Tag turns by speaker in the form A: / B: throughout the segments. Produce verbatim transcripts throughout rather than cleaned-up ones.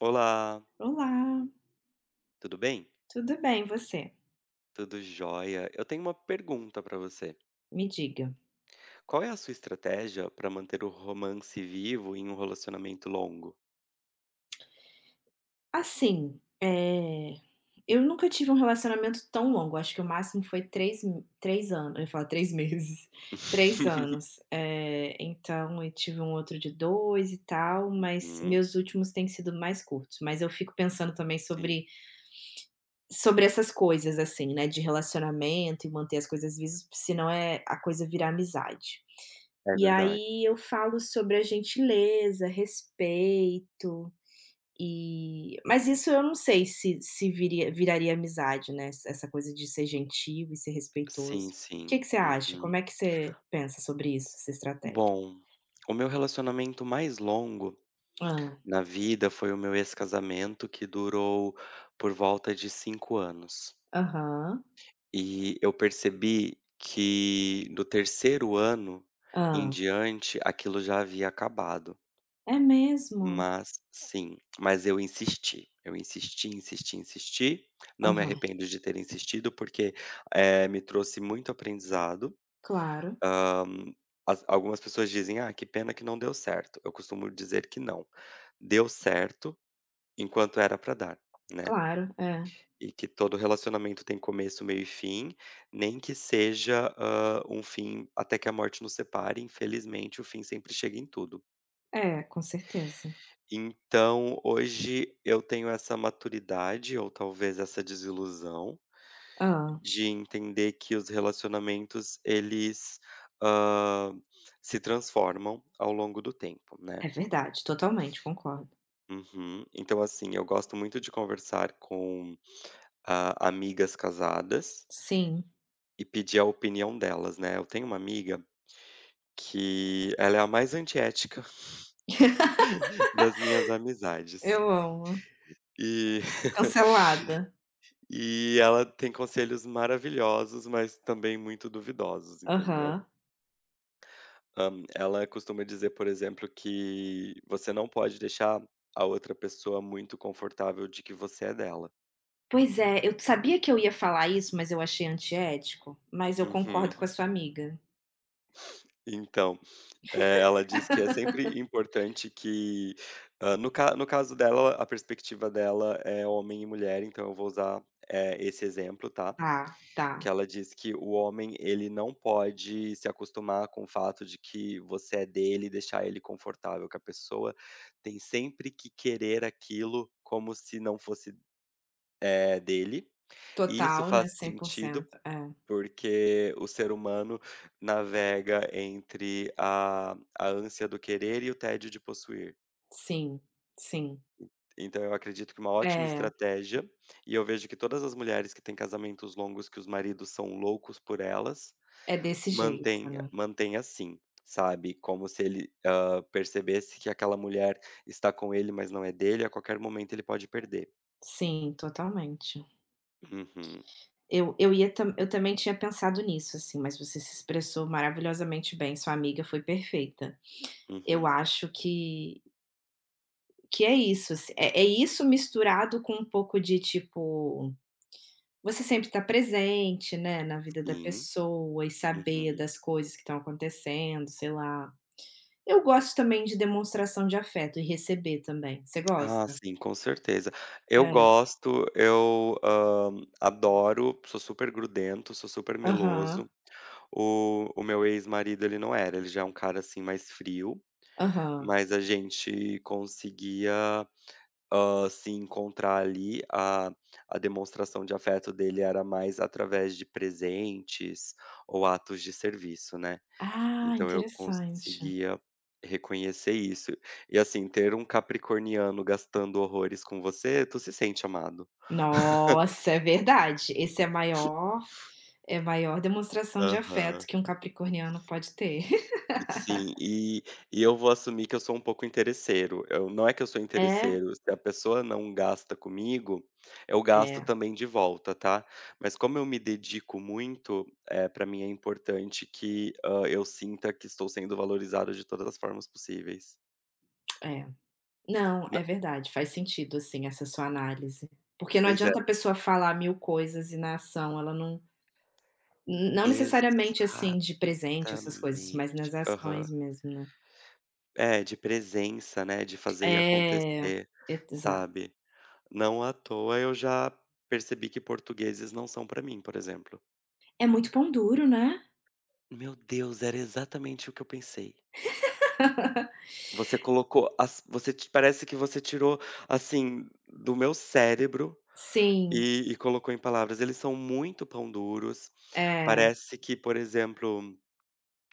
A: Olá,
B: Olá,
A: tudo bem?
B: tudo bem, você?
A: Tudo jóia. Eu tenho uma pergunta pra você.
B: Me diga.
A: Qual é a sua estratégia pra manter o romance vivo em um relacionamento longo?
B: Assim, eh, eu nunca tive um relacionamento tão longo, acho que o máximo foi três m três anos, eu ia falar três meses, três anos. Eh, então eu tive um outro de dois e tal, mas
A: Uhum,
B: meus últimos têm sido mais curtos, mas eu fico pensando também
A: sim,
B: sobre Sobre essas coisas, assim, né, de relacionamento e manter as coisas visas, senão é a coisa virar amizade.
A: é
B: E
A: verdade.
B: aí eu falo sobre a gentileza, respeito e mas isso eu não sei se se viria viraria amizade, né, essa essa coisa de ser gentil e ser respeitoso.
A: Sim,
B: O
A: sim.
B: Que que você acha?
A: Uhum.
B: Como é que você pensa sobre isso, essa estratégia?
A: Bom, o meu relacionamento mais longo
B: ah
A: na vida foi o meu ex-casamento, que durou por volta de cinco anos.
B: Aham.
A: E eu percebi que do terceiro ano em
B: ah
A: diante aquilo já havia acabado.
B: É mesmo?
A: Mas sim, mas eu insisti, eu insisti, insisti, insisti, não me
B: Aham.
A: arrependo de ter insistido, porque, eh, me trouxe muito aprendizado.
B: Claro,
A: Hã, as algumas pessoas dizem: "Ah, que pena que não deu certo". Eu costumo dizer que não, deu certo enquanto era para dar, né,
B: claro. É.
A: e que todo relacionamento tem começo, meio e fim, nem que seja, hã, um fim até que a morte nos separe. Infelizmente o fim sempre chega em tudo.
B: É, com certeza.
A: Então, hoje eu tenho essa maturidade ou talvez essa desilusão
B: ah
A: de entender que os relacionamentos eles, hã, se transformam ao longo do tempo, né.
B: É verdade, totalmente, concordo.
A: Uhum. Então, assim, eu gosto muito de conversar com, hã, amigas casadas
B: Sim,
A: e pedir a opinião delas, né. Eu tenho uma amiga que ela é a mais antiética das minhas amizades.
B: eu amo.
A: E
B: Cancelada.
A: E ela tem conselhos maravilhosos, mas também muito duvidosos, entendeu.
B: Aham.
A: Hã, ela costuma dizer, por exemplo, que você não pode deixar a outra pessoa muito confortável de que você é dela.
B: Pois é, eu sabia que eu ia falar isso, mas eu achei antiético, mas eu concordo com a
A: Uhum.
B: sua amiga.
A: Então, eh, ela diz que é sempre importante que, hã, no ca no caso dela, a perspectiva dela é homem e mulher, então eu vou usar, eh, esse exemplo, tá.
B: Tá, tá.
A: Que ela diz que o homem, ele não pode se acostumar com o fato de que você é dele e deixar ele confortável, que a pessoa tem sempre que querer aquilo como se não fosse, eh, dele. E isso
B: Total, né,
A: faz sentido,
B: cem por cento. É.
A: porque o ser humano navega entre a a ânsia do querer e o tédio de possuir.
B: Sim, sim.
A: Então eu acredito que uma ótima
B: É,
A: estratégia, e eu vejo que todas as mulheres que têm casamentos longos que os maridos são loucos por elas,
B: é desse jeito,
A: Mantenha
B: né.
A: mantenha assim, sabe, como se ele, hã, percebesse que aquela mulher está com ele, mas não é dele, a qualquer momento ele pode perder.
B: Sim, totalmente.
A: Uhum,
B: Eu eu ia tam eu também tinha pensado nisso, assim, mas você se expressou maravilhosamente bem, sua amiga foi perfeita. Eu
A: uhum,
B: acho que Que é isso, assim, é é isso misturado com um pouco de, tipo, você sempre tá presente, né, na vida da
A: sim,
B: pessoa e saber
A: uhum.
B: das coisas que estão acontecendo, sei lá. Eu gosto também de demonstração de afeto e receber também. Você
A: Ah,
B: gosta?
A: sim, com certeza. Eu
B: É.
A: gosto, eu, hã, adoro, sou super grudento, sou super
B: Aham,
A: meloso. O o meu ex-marido ele não era, ele já é um cara, assim, mais frio,
B: aham.
A: mas a gente conseguia Hã, se encontrar ali, a a demonstração de afeto dele era mais através de presentes ou atos de serviço, né.
B: Ah,
A: Então eu
B: interessante.
A: conseguia reconhecer isso. E, assim, ter um capricorniano gastando horrores com você, tu se sente amado.
B: Nossa, é verdade. Esse é a maior É a maior demonstração de afeto
A: Aham.
B: que um capricorniano pode ter.
A: Sim, e e eu vou assumir que eu sou um pouco interesseiro. Eu não é que eu sou
B: É,
A: interesseiro, se a pessoa não gasta comigo, eu gasto
B: é,
A: também de volta, tá. Mas como eu me dedico muito, é para mim é importante que, hã, eu sinta que estou sendo valorizado de todas as formas possíveis.
B: é. Não,
A: Não.
B: é verdade, faz sentido, assim, essa sua análise. Porque não
A: Pois é.
B: adianta a pessoa falar mil coisas e na ação ela não não necessariamente, assim,
A: Exatamente.
B: de presente, essas coisas, mas nas
A: Aham.
B: ações mesmo, né.
A: É, de presença, né, de fazer e
B: É,
A: acontecer,
B: exato.
A: sabe. Não à toa eu já percebi que portugueses não são pra mim, por exemplo.
B: É muito pão duro, né.
A: Meu Deus, era exatamente o que eu pensei. Você colocou as você ti parece que você tirou, assim, do meu cérebro
B: Sim,
A: e e colocou em palavras. Eles são muito pão duros,
B: é.
A: parece que, por exemplo,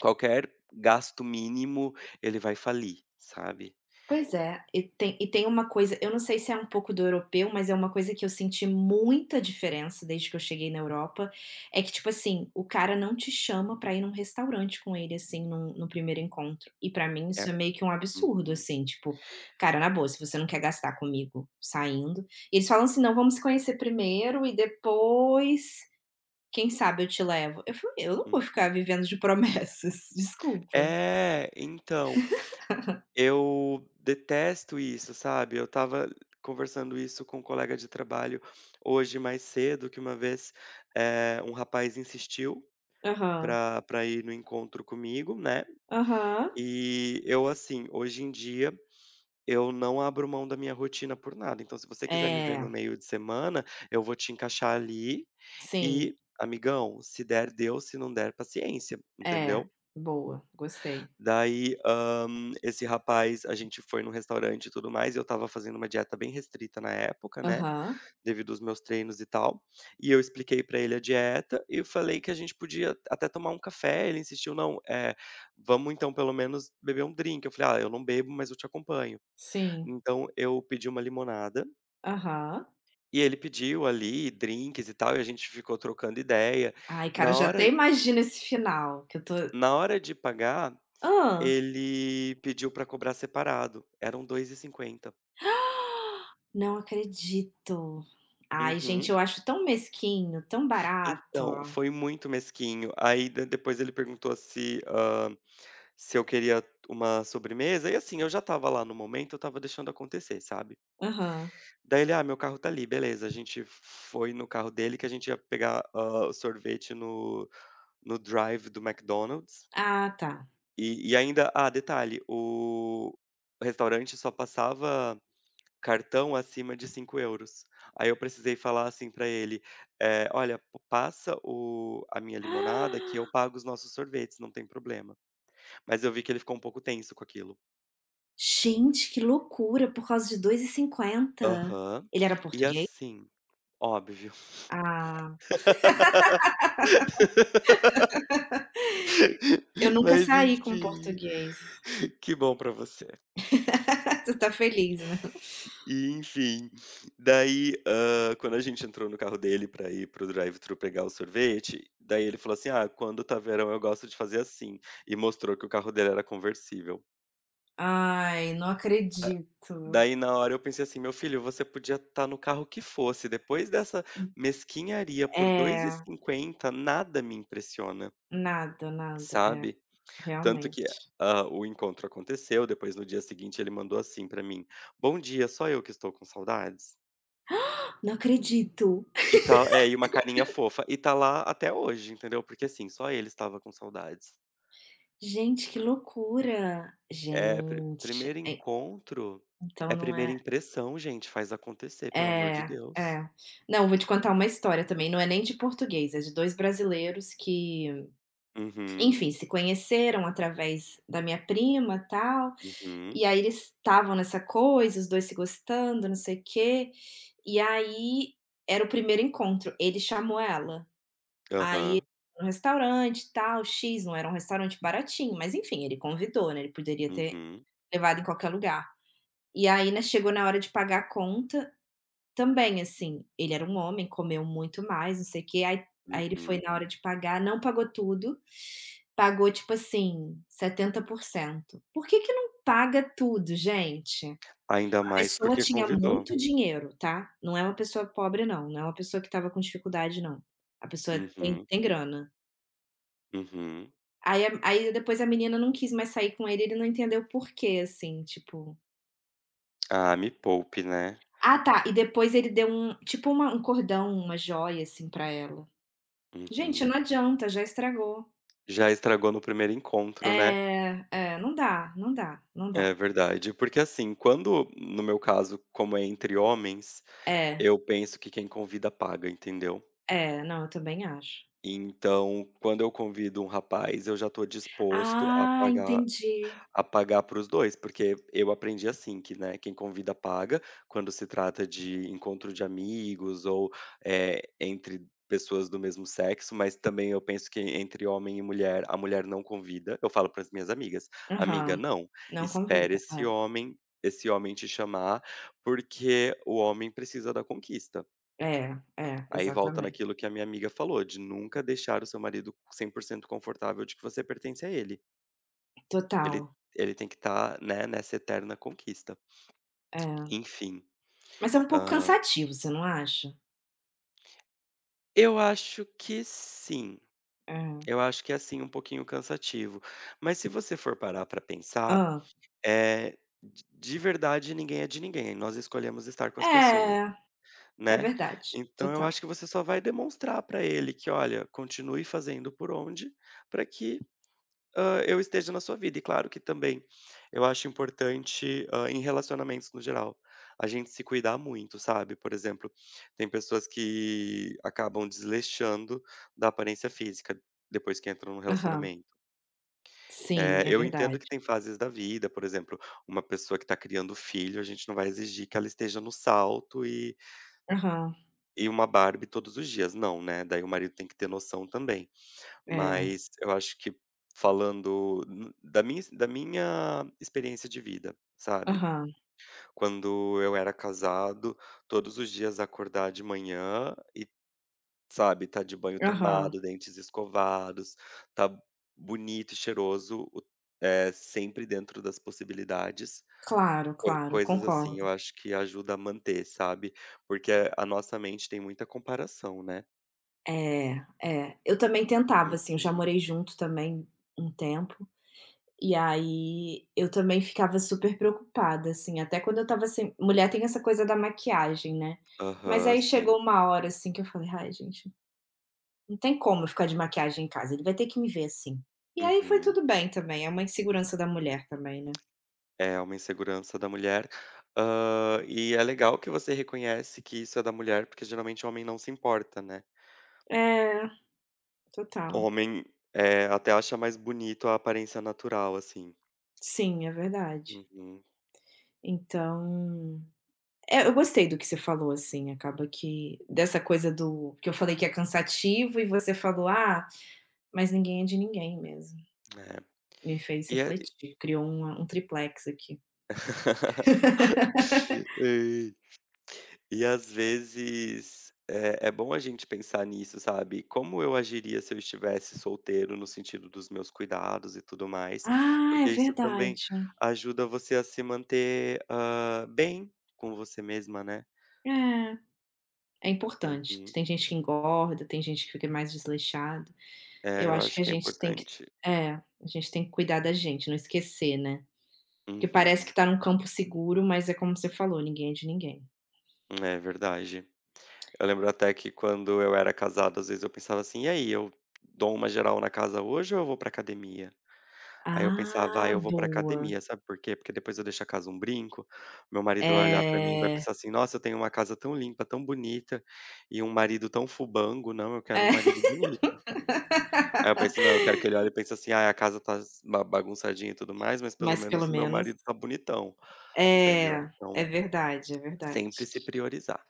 A: qualquer gasto mínimo, ele vai falir, sabe.
B: Pois é, e tem e tem uma coisa eu não sei se é um pouco do europeu, mas é uma coisa que eu senti muita diferença desde que eu cheguei na Europa, é que, tipo assim, o cara não te chama pra ir num restaurante com ele, assim, num no primeiro encontro. E pra mim
A: É,
B: isso é meio que um absurdo,
A: uhum,
B: assim, tipo: "Cara, na boa, se você não quer gastar comigo saindo." E eles falam assim: "Não, vamos se conhecer primeiro e depois, quem sabe eu te levo." Eu falei: "Eu não vou ficar
A: uhum.
B: vivendo de promessas, desculpa."
A: É, então, eu detesto isso, sabe. Eu estava conversando isso com um colega de trabalho hoje mais cedo, que uma vez, eh, um rapaz insistiu
B: Aham,
A: pra pra ir no encontro comigo, né.
B: aham.
A: E eu, assim, hoje em dia, eu não abro mão da minha rotina por nada. Então se você quiser me ver
B: É,
A: no meio de semana, eu vou te encaixar ali
B: sim.
A: e, amigão, se der, deu, se não der, paciência,
B: É,
A: entendeu?
B: boa, gostei.
A: Daí, hã, esse rapaz a gente foi num restaurante e tudo mais, e eu estava fazendo uma dieta bem restrita na época, né,
B: Aham,
A: devido aos meus treinos e tal, e eu expliquei pra ele a dieta e eu falei que a gente podia até tomar um café. Ele insistiu: "Não, eh, vamos então pelo menos beber um drink", eu falei: "Ah, eu não bebo, mas eu te acompanho".
B: sim,
A: Então eu pedi uma limonada,
B: aham.
A: e ele pediu ali drinks e tal, e a gente ficou trocando ideia.
B: Ai, cara, eu
A: Na
B: já até
A: hora
B: imagino esse final, que eu tô
A: na hora de pagar,
B: hã?
A: ele pediu pra cobrar separado, eram dois e cinquenta.
B: Não acredito. Ai, gente,
A: Uhum.
B: eu acho tão mesquinho, tão barato.
A: Então, foi muito mesquinho. Aí de depois ele perguntou se, hã, se eu queria uma sobremesa, e assim, eu já estava lá no momento, eu estava deixando acontecer, sabe.
B: Aham.
A: Daí ele: "Ah, meu carro tá ali", beleza, a gente foi no carro dele que a gente ia pegar, ah, o sorvete no no drive do McDonald's,
B: Ah, tá.
A: e e ainda ah, detalhe, o restaurante só passava cartão acima de cinco euros. Aí eu precisei falar assim pra ele, eh: "Olha, p passa o a minha limonada que eu pago os nossos sorvetes, não tem problema". Mas eu vi que ele ficou um pouco tenso com aquilo.
B: Gente, que loucura, por causa de dois e cinquenta.
A: Aham.
B: Ele era
A: E
B: português?
A: assim óbvio.
B: Ah, eu nunca
A: Mas
B: saí com
A: enfim,
B: português.
A: que bom pra você.
B: Tu tá feliz, né?
A: E enfim, daí, hã, quando a gente entrou no carro dele pra ir para o drive-thru pegar o sorvete, daí ele falou assim: "Ah, quando tá verão eu gosto de fazer assim". E mostrou que o carro dele era conversível.
B: Ai, não acredito.
A: Daí na hora eu pensei assim: "Meu filho, você podia estar no carro que fosse, depois dessa mesquinharia por dois e
B: É,
A: cinquenta nada me impressiona",
B: nada, nada, é.
A: sabe. Tanto que,
B: Realmente.
A: hã, o encontro aconteceu, depois no dia seguinte ele mandou assim pra mim: "Bom dia, só eu que estou com saudades?"
B: Não acredito.
A: E tá é, e uma carinha fofa. E tá lá até hoje, entendeu. Porque assim, só ele estava com saudades.
B: Gente, que loucura.
A: É, pri
B: Gente,
A: primeiro encontro
B: então
A: é
B: não
A: primeira
B: é
A: impressão gente, faz acontecer, pelo amor de
B: é,
A: Deus.
B: é. Não, vou te contar uma história também, não é nem de português, é de dois brasileiros que,
A: Uhum,
B: enfim, se conheceram através da minha prima, tal,
A: uhum,
B: e aí eles estavam nessa coisa, os dois se gostando, não sei o quê, e aí era o primeiro encontro, ele chamou ela. Aí,
A: aham.
B: no restaurante, tal, X, não era um restaurante baratinho, mas enfim, ele convidou, né, ele poderia ter
A: Uhum,
B: levado em qualquer lugar. E aí, né, chegou na hora de pagar a conta, também, assim, ele era um homem, comeu muito mais, não sei o quê, aí aí ele foi
A: uhum.
B: na hora de pagar, não pagou tudo, pagou, tipo assim, setenta Por cento. Por que que não paga tudo, gente?
A: Ainda
B: A
A: mais
B: pessoa
A: porque
B: tinha
A: convidou.
B: muito dinheiro, tá, não é uma pessoa pobre não, não é uma pessoa que estava com dificuldade não, a pessoa tem
A: Uhum,
B: tem grana.
A: uhum.
B: Aí a aí depois a menina não quis mais sair com ele, ele não entendeu o porquê, assim, tipo
A: Ah, me poupe, né.
B: ah, tá, e depois ele deu um tipo uma um cordão, uma joia, assim, pra ela. Gente,
A: Uhum.
B: não adianta, já estragou.
A: Já estragou no primeiro encontro, né.
B: É, é, não dá, não dá, não
A: É
B: dá.
A: verdade, porque assim, quando no meu caso, como é entre homens,
B: É,
A: eu penso que quem convida paga, entendeu.
B: é, não, eu também acho.
A: Então, quando eu convido um rapaz, eu já estou disposto a
B: Ah,
A: pagar
B: entendi.
A: A pagar para os dois, porque eu aprendi assim que, né, quem convida paga, quando se trata de encontro de amigos ou, eh, entre pessoas do mesmo sexo. Mas também eu penso que entre homem e mulher, a mulher não convida. Eu falo para as minhas amigas: "Amiga,
B: Aham,
A: não,
B: não
A: espere
B: convida.
A: esse homem esse homem te chamar, porque o homem precisa da conquista".
B: É, é, é,
A: Aí volta
B: exatamente.
A: naquilo que a minha amiga falou, de nunca deixar o seu marido cem por cento confortável de que você pertence a ele.
B: Total,
A: Ele ele tem que estar, né, nessa eterna conquista.
B: é.
A: Enfim,
B: Mas é um pouco
A: hã,
B: cansativo, você não acha?
A: eu acho que sim.
B: É.
A: Eu acho que é sim um pouquinho cansativo, mas se você for parar para pensar,
B: Hã.
A: é de de verdade ninguém é de ninguém, nós escolhemos estar com as pessoas,
B: É, é
A: né.
B: verdade,
A: Então eu
B: total.
A: acho que você só vai demonstrar para ele que: "Olha, continue fazendo por onde, para que Hã, eu esteja na sua vida". E claro que também eu acho importante, hã, em relacionamentos no geral, a gente se cuidar muito, sabe. Por exemplo, tem pessoas que acabam desleixando da aparência física depois que entram no
B: Aham.
A: relacionamento. Eh,
B: Sim, é
A: eu entendo
B: verdade.
A: que tem fases da vida, por exemplo, uma pessoa que está criando filho, a gente não vai exigir que ela esteja no salto e
B: Aham.
A: e uma Barbie todos os dias. Não, né, daí o marido tem que ter noção também.
B: É.
A: Mas eu acho que falando n da minha da minha experiência de vida, sabe.
B: Aham.
A: Quando eu era casado, todos os dias acordar de manhã e, sabe, tá de banho
B: Aham.
A: tomado, dentes escovados, tá bonito e cheiroso, o eh, sempre dentro das possibilidades.
B: Claro,
A: Coi
B: claro,
A: coisas assim,
B: concordo.
A: eu acho que ajuda a manter, sabe. Porque a nossa mente tem muita comparação, né.
B: É, é. Eu também tentava, assim, eu já
A: Uhum.
B: morei junto também um tempo, e aí eu também ficava super preocupada, assim, até quando eu estava sem mulher tem essa coisa da maquiagem, né. Mas
A: Aham,
B: aí
A: sim.
B: chegou uma hora, assim, que eu falei: "Ai, gente, não tem como eu ficar de maquiagem em casa, ele vai ter que me ver assim." E aí foi
A: Uhum.
B: tudo bem também, é uma insegurança da mulher também, né.
A: É uma insegurança da mulher. Hã, e é legal que você reconhece que isso é da mulher, porque geralmente o homem não se importa, né.
B: É, total.
A: O homem, eh, até acha mais bonito a aparência natural, assim.
B: Sim, é verdade.
A: Uhum,
B: Então, é, eu gostei do que você falou, assim, acaba que dessa coisa do que eu falei que é cansativo e você falou: "Ah, mas ninguém é de ninguém mesmo."
A: é.
B: Me fez
A: E é
B: refletir, criou uma um triplex aqui.
A: Ai. E às vezes, é é bom a gente pensar nisso, sabe. Como eu agiria se eu estivesse solteiro, no sentido dos meus cuidados e tudo mais,
B: Ah, é
A: porque isso também
B: verdade.
A: ajuda você a se manter, hã, bem com você mesma, né.
B: É, é importante.
A: Uhum.
B: Tem gente que engorda, tem gente que fica mais desleixado.
A: É,
B: Eu
A: eu
B: acho que
A: acho
B: a
A: que é
B: gente tem que
A: importante.
B: É, a gente tem que cuidar da gente, não esquecer, né. Porque parece que
A: Uhum.
B: tá num campo seguro, mas é como você falou, ninguém é de ninguém.
A: É verdade. Eu lembro até que quando eu era casado, às vezes eu pensava assim: "E aí, eu dou uma geral na casa hoje ou eu vou pra academia?". Aí eu pensava: "Ah,
B: Ah,
A: eu vou pra
B: boa.
A: academia", sabe por quê? Porque depois eu deixo a casa um brinco, meu
B: É,
A: marido vai olhar pra mim e vai
B: é,
A: pensar assim: "Nossa, eu tenho uma casa tão limpa, tão bonita e um marido tão fubango, não, eu quero um marido bonito". Aí eu penso: "Não, eu quero que ele olhe e pense assim: "Ai, a casa tá ba bagunçadinha e tudo mais, mas pelo
B: mas pelo
A: menos meu
B: menos
A: marido tá bonitão", entendeu?
B: é, é
A: Então
B: verdade, é verdade.
A: sempre se priorizar.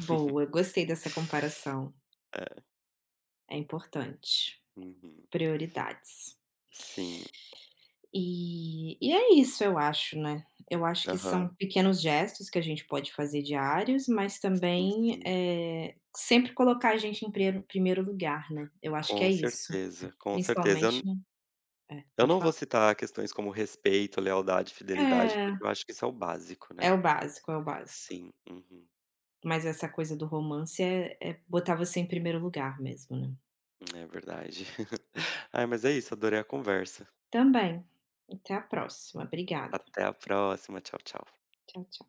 B: Boa, gostei dessa comparação,
A: É,
B: é importante.
A: uhum.
B: Prioridades.
A: Sim,
B: E e é isso, eu acho, né. Eu acho que são
A: aham.
B: pequenos gestos que a gente pode fazer diários, mas
A: Sim,
B: também,
A: sim.
B: eh, sempre colocar a gente em primeiro primeiro lugar, né. Eu acho que é
A: Com
B: isso,
A: certeza, com certeza. Eu
B: principalmente
A: n
B: né? É,
A: eu
B: pode
A: não vou
B: falar.
A: citar questões como respeito, lealdade, fidelidade,
B: É,
A: porque eu acho que isso é o básico,
B: é
A: né.
B: o básico, é o básico.
A: Sim, uhum.
B: Mas essa coisa do romance é é botar você em primeiro lugar mesmo, né.
A: É verdade. Ai, mas é isso, adorei a conversa.
B: Também. Até a próxima. Obrigada.
A: Até a próxima. Tchau, tchau.
B: Tchau, tchau.